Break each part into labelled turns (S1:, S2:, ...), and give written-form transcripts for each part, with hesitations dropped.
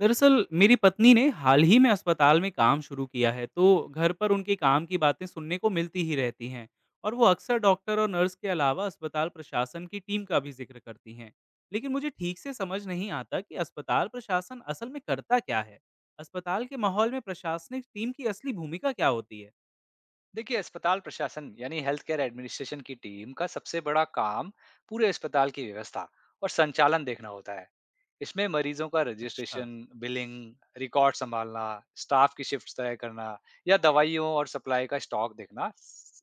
S1: दरअसल मेरी पत्नी ने हाल ही में अस्पताल में काम शुरू किया है तो घर पर उनके काम की बातें सुनने को मिलती ही रहती हैं। और वो अक्सर डॉक्टर और नर्स के अलावा अस्पताल प्रशासन की टीम का भी जिक्र करती हैं। लेकिन मुझे ठीक से समझ नहीं आता कि अस्पताल प्रशासन असल में करता क्या है। अस्पताल के माहौल में प्रशासनिक टीम की असली भूमिका क्या होती है?
S2: देखिए, अस्पताल प्रशासन यानी हेल्थ केयर एडमिनिस्ट्रेशन की टीम का सबसे बड़ा काम पूरे अस्पताल की व्यवस्था और संचालन देखना होता है। इसमें मरीजों का
S1: अच्छा।
S2: रजिस्ट्रेशन, बिलिंग, रिकॉर्ड संभालना, स्टाफ की शिफ्ट्स तय करना या दवाइयों और सप्लाई का स्टॉक देखना।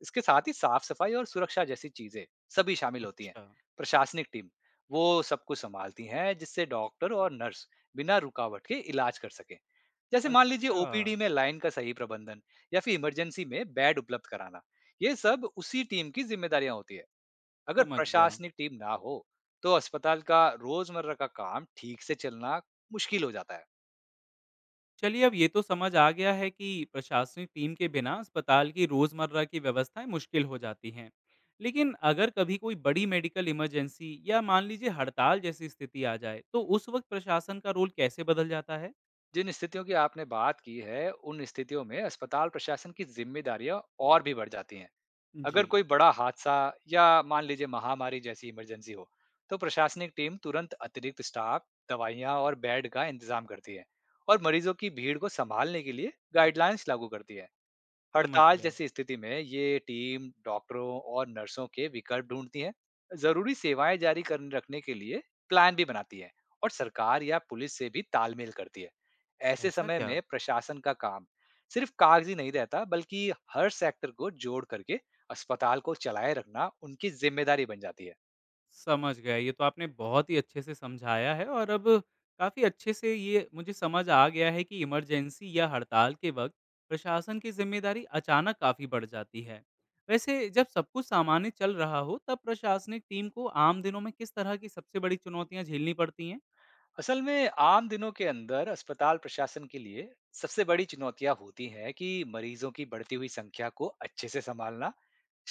S2: इसके साथ ही साफ-सफाई और सुरक्षा जैसी चीजें सभी शामिल होती हैं।
S1: अच्छा।
S2: प्रशासनिक टीम वो सब कुछ संभालती हैं जिससे डॉक्टर और नर्स बिना रुकावट के इलाज कर सकें। जैसे मान लीजिए
S1: अच्छा।
S2: ओपीडी में लाइन का सही प्रबंधन या फिर इमरजेंसी में बेड उपलब्ध कराना। ये सब उसी टीम की जिम्मेदारियां होती है। अगर
S1: समझ गया।
S2: प्रशासनिक टीम ना हो तो अस्पताल का रोजमर्रा का काम ठीक से चलना मुश्किल हो जाता है।
S1: चलिए, अब ये तो समझ आ गया है कि प्रशासनिक टीम के बिना अस्पताल की रोजमर्रा की व्यवस्थाएं मुश्किल हो जाती हैं। लेकिन अगर कभी कोई बड़ी मेडिकल इमरजेंसी या मान लीजिए हड़ताल जैसी स्थिति आ जाए, तो उस वक्त प्रशासन का रोल कैसे बदल जाता है?
S2: जिन स्थितियों की आपने बात की है उन स्थितियों में अस्पताल प्रशासन की जिम्मेदारियां और भी बढ़ जाती हैं।
S1: जी।
S2: अगर कोई बड़ा हादसा या मान लीजिए महामारी जैसी इमरजेंसी हो तो प्रशासनिक टीम तुरंत अतिरिक्त स्टाफ, दवाइयाँ और बेड का इंतजाम करती है और मरीजों की भीड़ को संभालने के लिए गाइडलाइंस लागू करती है।
S1: समझ
S2: हड़ताल
S1: गया।
S2: जैसी स्थिति में ये टीम डॉक्टरों और नर्सों के विकल्प ढूंढती है, जरूरी सेवाएं जारी करने रखने के लिए प्लान भी बनाती है और सरकार या पुलिस से भी तालमेल करती है। ऐसे
S1: ऐसा
S2: समय
S1: क्या।
S2: में प्रशासन का काम सिर्फ कागजी नहीं रहता, बल्कि हर सेक्टर को जोड़ करके अस्पताल को चलाए रखना उनकी जिम्मेदारी बन जाती है।
S1: समझ गया। ये तो आपने बहुत ही अच्छे से समझाया है और अब काफ़ी अच्छे से ये मुझे समझ आ गया है कि इमरजेंसी या हड़ताल के वक़्त प्रशासन की ज़िम्मेदारी अचानक काफ़ी बढ़ जाती है। वैसे जब सब कुछ सामान्य चल रहा हो, तब प्रशासनिक टीम को आम दिनों में किस तरह की सबसे बड़ी चुनौतियाँ झेलनी पड़ती हैं?
S2: असल में आम दिनों के अंदर अस्पताल प्रशासन के लिए सबसे बड़ी चुनौतियां होती हैं कि मरीजों की बढ़ती हुई संख्या को अच्छे से संभालना,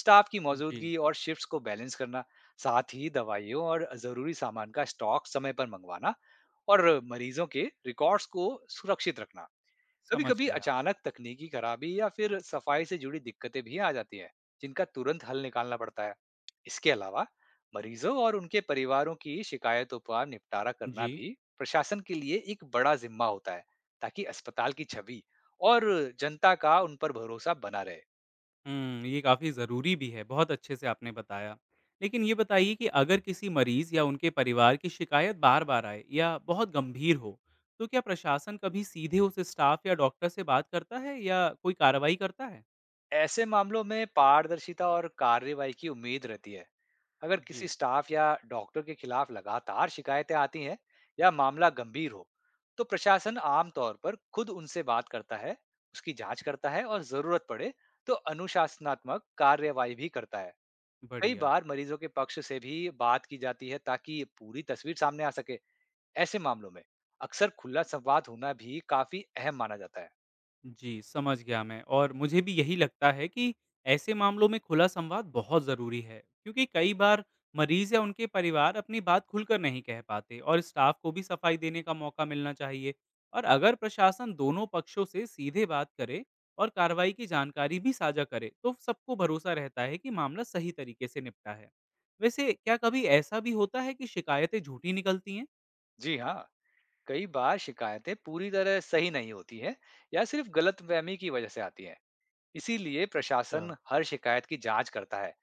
S2: स्टाफ की
S1: जी।
S2: मौजूदगी और शिफ्ट्स को बैलेंस करना, साथ ही दवाइयों और जरूरी सामान का स्टॉक समय पर मंगवाना और मरीजों के रिकॉर्ड्स को सुरक्षित रखना।
S1: समझ
S2: कभी-कभी
S1: गया।
S2: अचानक तकनीकी खराबी या फिर सफाई से जुड़ी दिक्कतें भी आ जाती हैं, जिनका तुरंत हल निकालना पड़ता है। इसके अलावा मरीजों और उनके परिवारों की शिकायतों पर निपटारा करना
S1: जी।
S2: भी प्रशासन के लिए एक बड़ा जिम्मा होता है, ताकि अस्पताल की छवि और जनता का उन पर भरोसा बना रहे।
S1: हुँ, ये काफ़ी ज़रूरी भी है, बहुत अच्छे से आपने बताया। लेकिन ये बताइए कि अगर किसी मरीज़ या उनके परिवार की शिकायत बार-बार आए या बहुत गंभीर हो, तो क्या प्रशासन कभी सीधे उस स्टाफ या डॉक्टर से बात करता है या कोई कार्रवाई करता है?
S2: ऐसे मामलों में पारदर्शिता और कार्रवाई की उम्मीद रहती है। अगर
S1: जी।
S2: किसी स्टाफ या डॉक्टर के खिलाफ लगातार शिकायतें आती हैं या मामला गंभीर हो तो प्रशासन आमतौर पर खुद उनसे बात करता है, उसकी जांच करता है और जरूरत पड़े तो अनुशासनात्मक कार्यवाही भी करता है। कई
S1: बढ़िया।
S2: बार मरीजों के पक्ष से भी बात की जाती है ताकि पूरी तस्वीर सामने आ सके। ऐसे मामलों में अक्सर खुला संवाद होना भी काफी अहम माना जाता है।
S1: जी, समझ गया मैं। और मुझे भी यही लगता है कि ऐसे मामलों में खुला संवाद बहुत ज़रूरी है, क्योंकि कई बार मरीज़ या उनके परिवार अपनी बात खुलकर नहीं कह पाते और स्टाफ को भी सफाई देने का मौका मिलना चाहिए। और अगर प्रशासन दोनों पक्षों से सीधे बात करे और कार्रवाई की जानकारी भी साझा करे, तो सबको भरोसा रहता है कि मामला सही तरीके से निपटा है। वैसे क्या कभी ऐसा भी होता है कि शिकायतें झूठी निकलती हैं?
S2: जी हाँ, कई बार शिकायतें पूरी तरह सही नहीं होती हैं या सिर्फ गलतफहमी की वजह से आती हैं। इसीलिए
S1: अच्छा।
S2: प्रशासन हर शिकायत की जांच करता है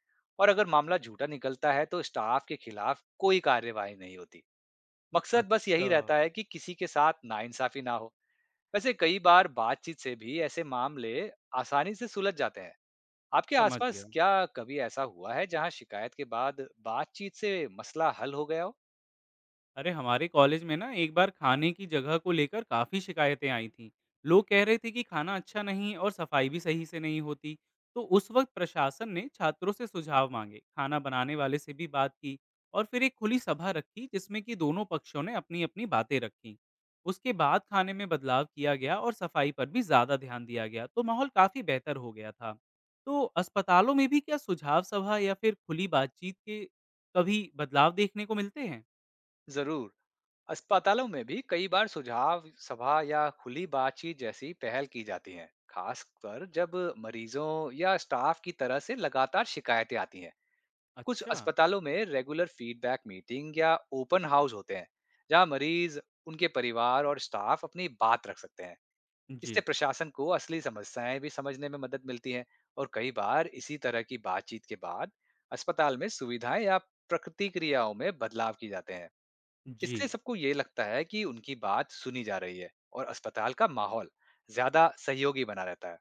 S2: और अगर मामला झूठा निकलता है तो स्टाफ के खिलाफ कोई कार्यवाही नहीं होती। मकसद बस
S1: अच्छा,
S2: यही रहता है कि किसी के साथ नाइंसाफी ना हो। वैसे कई बार बातचीत से भी ऐसे मामले आसानी से सुलझ जाते हैं। आपके
S1: समझ
S2: आसपास
S1: गया।
S2: क्या कभी ऐसा हुआ है जहां शिकायत के बाद बातचीत से मसला हल हो गया हो?
S1: अरे हमारे कॉलेज में ना एक बार खाने की जगह को लेकर काफी शिकायतें आई थी। लोग कह रहे थे कि खाना अच्छा नहीं और सफाई भी सही से नहीं होती। तो उस वक्त प्रशासन ने छात्रों से सुझाव मांगे, खाना बनाने वाले से भी बात की और फिर एक खुली सभा रखी जिसमें कि दोनों पक्षों ने अपनी अपनी बातें रखी। उसके बाद खाने में बदलाव किया गया और सफाई पर भी ज्यादा ध्यान दिया गया तो माहौल काफी बेहतर हो गया था। तो अस्पतालों में भी क्या सुझाव सभा या फिर खुली बातचीत के कभी बदलाव देखने को मिलते हैं?
S2: जरूर, अस्पतालों में भी कई बार सुझाव सभा या खुली बातचीत जैसी पहल की जाती हैं, खासकर जब मरीजों या स्टाफ की तरफ से लगातार शिकायतें आती हैं। कुछ
S1: अच्छा।
S2: अस्पतालों में रेगुलर फीडबैक मीटिंग या ओपन हाउस होते हैं, जहां मरीज, उनके परिवार और स्टाफ अपनी बात रख सकते हैं। इससे
S1: जी,
S2: प्रशासन को असली समस्याएं भी समझने में मदद मिलती है और कई बार इसी तरह की बातचीत के बाद अस्पताल में सुविधाएं या प्रतिक्रियाओं में बदलाव किए जाते हैं।
S1: जी।
S2: इससे सबको ये लगता है कि उनकी बात सुनी जा रही है और अस्पताल का माहौल ज्यादा सहयोगी बना रहता है।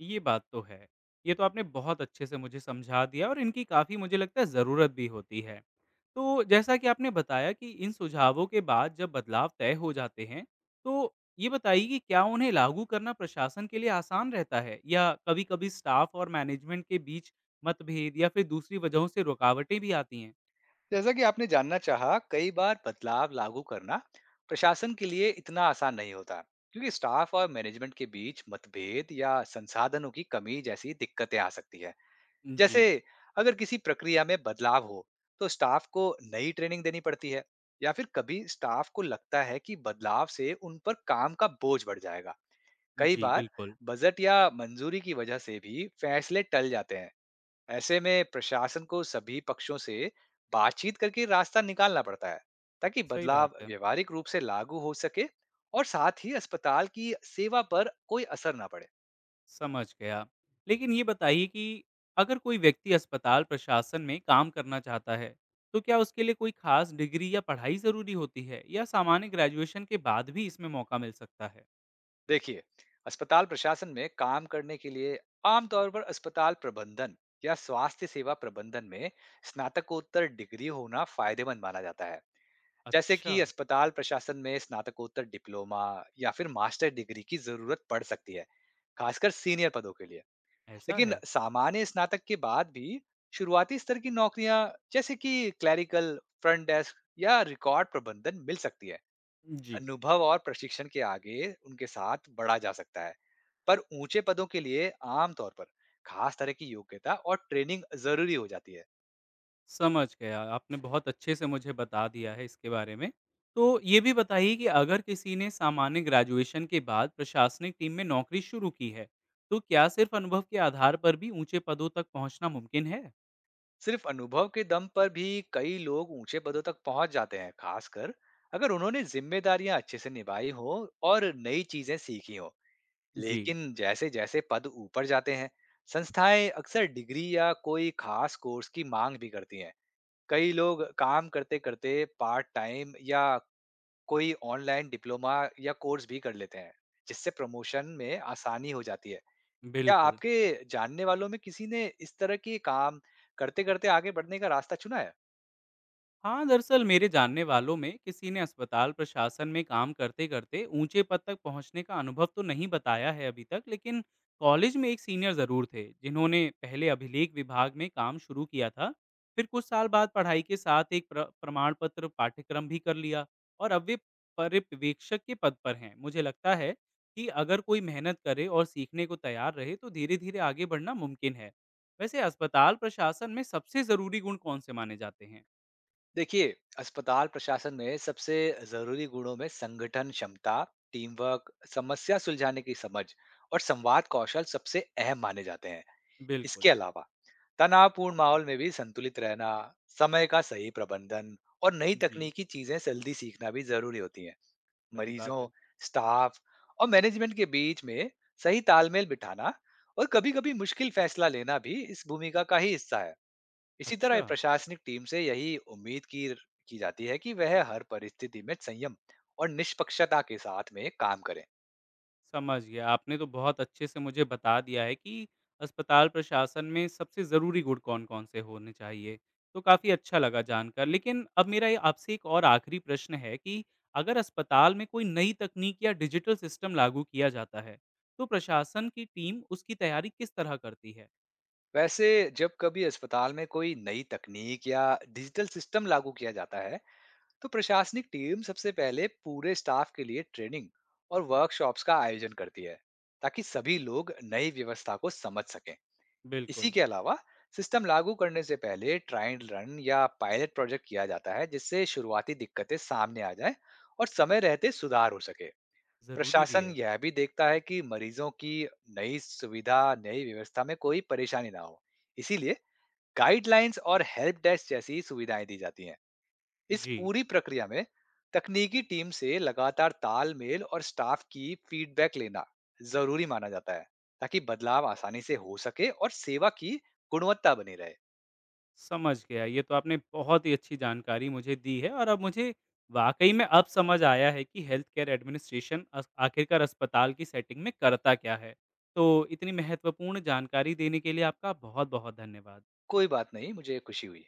S1: ये बात तो है। ये तो आपने बहुत अच्छे से मुझे समझा दिया और इनकी काफ़ी मुझे लगता है ज़रूरत भी होती है। तो जैसा कि आपने बताया कि इन सुझावों के बाद जब बदलाव तय हो जाते हैं, तो ये बताइए कि क्या उन्हें लागू करना प्रशासन के लिए आसान रहता है या कभी-कभी स्टाफ और मैनेजमेंट के बीच मतभेद या फिर दूसरी वजहों से रुकावटें भी आती हैं?
S2: जैसा कि आपने जानना चाहा, कई बार बदलाव लागू करना प्रशासन के लिए इतना आसान नहीं होता, क्योंकि स्टाफ और मैनेजमेंट के बीच मतभेद या संसाधनों की कमी जैसी दिक्कतें आ सकती है।
S1: जी,
S2: जैसे, अगर किसी प्रक्रिया में बदलाव हो तो स्टाफ को नई ट्रेनिंग देनी पड़ती है या फिर कभी स्टाफ को लगता है कि बदलाव से उन पर काम का बोझ बढ़ जाएगा। कई
S1: जी,
S2: बार
S1: बिल्कुल।
S2: बजट या मंजूरी की वजह से भी फैसले टल जाते हैं। ऐसे में प्रशासन को सभी पक्षों से बातचीत करके रास्ता निकालना पड़ता है ताकि
S1: सही बात
S2: बदलाव
S1: है।
S2: व्यवहारिक रूप से लागू हो सके और साथ ही अस्पताल की सेवा पर कोई असर ना पड़े।
S1: समझ गया। लेकिन ये बताइए कि अगर कोई व्यक्ति अस्पताल प्रशासन में काम करना चाहता है, तो क्या उसके लिए कोई खास डिग्री या पढ़ाई ज़रूरी होती है या सामान्य ग्रेजुएशन के बाद भी इसमें मौका मिल सकता है?
S2: देखिए, अस्पताल प्रशासन में काम करने के लिए आमतौर पर अस्पताल प्रबंधन या स्वास्थ्य सेवा प्रबंधन में स्नातकोत्तर डिग्री होना फायदेमंद माना जाता है। जैसे
S1: अच्छा,
S2: कि अस्पताल प्रशासन में स्नातकोत्तर डिप्लोमा या फिर मास्टर डिग्री की जरूरत पड़ सकती है, खासकर सीनियर पदों के लिए।
S1: ऐसा
S2: लेकिन
S1: है।
S2: सामान्य स्नातक के बाद भी शुरुआती स्तर की नौकरियां जैसे कि क्लैरिकल, फ्रंट डेस्क या रिकॉर्ड प्रबंधन मिल सकती है।
S1: जी।
S2: अनुभव और प्रशिक्षण के आगे उनके साथ बढ़ा जा सकता है। पर ऊंचे पदों के लिए आमतौर पर खास तरह की योग्यता और ट्रेनिंग जरूरी हो जाती है।
S1: समझ गया। आपने बहुत अच्छे से मुझे बता दिया है इसके बारे में। तो ये भी बताइए कि अगर किसी ने सामान्य ग्रेजुएशन के बाद प्रशासनिक टीम में नौकरी शुरू की है, तो क्या सिर्फ अनुभव के आधार पर भी ऊंचे पदों तक पहुंचना मुमकिन है?
S2: सिर्फ अनुभव के दम पर भी कई लोग ऊंचे पदों तक पहुंच जाते हैं, खासकर अगर उन्होंने जिम्मेदारियां अच्छे से निभाई हो और नई चीजें सीखी हो।
S1: जी,
S2: लेकिन जैसे जैसे पद ऊपर जाते हैं, संस्थाएं अक्सर डिग्री या कोई खास कोर्स की मांग भी करती हैं। कई लोग काम करते करते पार्ट टाइम या कोई ऑनलाइन डिप्लोमा या कोर्स भी कर लेते हैं, जिससे प्रमोशन में आसानी हो जाती है। क्या
S1: बिल्कुल।
S2: आपके जानने वालों में किसी ने इस तरह के काम करते करते आगे बढ़ने का रास्ता चुना है?
S1: हाँ, दरअसल मेरे जानने वालों में किसी ने अस्पताल प्रशासन में काम करते करते ऊंचे पद तक पहुंचने का अनुभव तो नहीं बताया है अभी तक, लेकिन कॉलेज में एक सीनियर ज़रूर थे जिन्होंने पहले अभिलेख विभाग में काम शुरू किया था। फिर कुछ साल बाद पढ़ाई के साथ एक प्रमाण पत्र पाठ्यक्रम भी कर लिया और अब वे पर्यवेक्षक के पद पर हैं। मुझे लगता है कि अगर कोई मेहनत करे और सीखने को तैयार रहे तो धीरे धीरे आगे बढ़ना मुमकिन है। वैसे अस्पताल प्रशासन में सबसे ज़रूरी गुण कौन से माने जाते हैं?
S2: देखिए, अस्पताल प्रशासन में सबसे जरूरी गुणों में संगठन क्षमता, टीम वर्क, समस्या सुलझाने की समझ और संवाद कौशल सबसे अहम माने जाते हैं।
S1: बिल्कुल।
S2: इसके अलावा तनावपूर्ण माहौल में भी संतुलित रहना, समय का सही प्रबंधन और नई
S1: जी,
S2: तकनीकी चीजें जल्दी सीखना भी जरूरी होती हैं।
S1: सही बात
S2: मरीजों,
S1: है।
S2: स्टाफ और मैनेजमेंट के बीच में सही तालमेल बिठाना और कभी-कभी मुश्किल फैसला लेना भी इस भूमिका का ही हिस्सा है। इसी तरह
S1: अच्छा,
S2: प्रशासनिक टीम से यही उम्मीद की जाती है कि वह हर परिस्थिति में संयम और निष्पक्षता के साथ में काम करें।
S1: समझ गया। आपने तो बहुत अच्छे से मुझे बता दिया है कि अस्पताल प्रशासन में सबसे ज़रूरी गुण कौन-कौन से होने चाहिए, तो काफ़ी अच्छा लगा जानकर। लेकिन अब मेरा ये आपसे एक और आखिरी प्रश्न है कि अगर अस्पताल में कोई नई तकनीक या डिजिटल सिस्टम लागू किया जाता है, तो प्रशासन की टीम उसकी तैयारी किस तरह करती है?
S2: वैसे, जब कभी अस्पताल में कोई नई तकनीक या डिजिटल सिस्टम लागू किया जाता है तो प्रशासनिक टीम सबसे पहले पूरे स्टाफ के लिए ट्रेनिंग और वर्कशॉप्स का आयोजन करती है ताकि सभी लोग नई व्यवस्था को समझ सकें। इसी
S1: बिल्कुल,
S2: के अलावा सिस्टम लागू करने से पहले ट्रायल रन या पायलट प्रोजेक्ट किया जाता है, जिससे शुरुआती दिक्कतें सामने आ जाएं और समय रहते सुधार हो सके।
S1: ज़रूरी भी
S2: प्रशासन
S1: है।
S2: यह भी देखता है कि मरीजों की नई सुविधा, नई व्यवस्था में कोई परेशानी ना हो, इसीलिए गाइडलाइंस और हेल्प डेस्क जैसी सुविधाएं दी जाती हैं। इस
S1: जी।
S2: पूरी प्रक्रिया में तकनीकी टीम से लगातार तालमेल और स्टाफ की फीडबैक लेना जरूरी माना जाता है ताकि बदलाव आसानी से हो सके और सेवा की गुणवत्ता बनी रहे।
S1: समझ गया। ये तो आपने बहुत ही अच्छी जानकारी मुझे दी है और अब मुझे वाक़ई में अब समझ आया है कि हेल्थ केयर एडमिनिस्ट्रेशन अस आखिरकार अस्पताल की सेटिंग में करता क्या है। तो इतनी महत्वपूर्ण जानकारी देने के लिए आपका बहुत-बहुत धन्यवाद।
S2: कोई बात नहीं, मुझे खुशी हुई।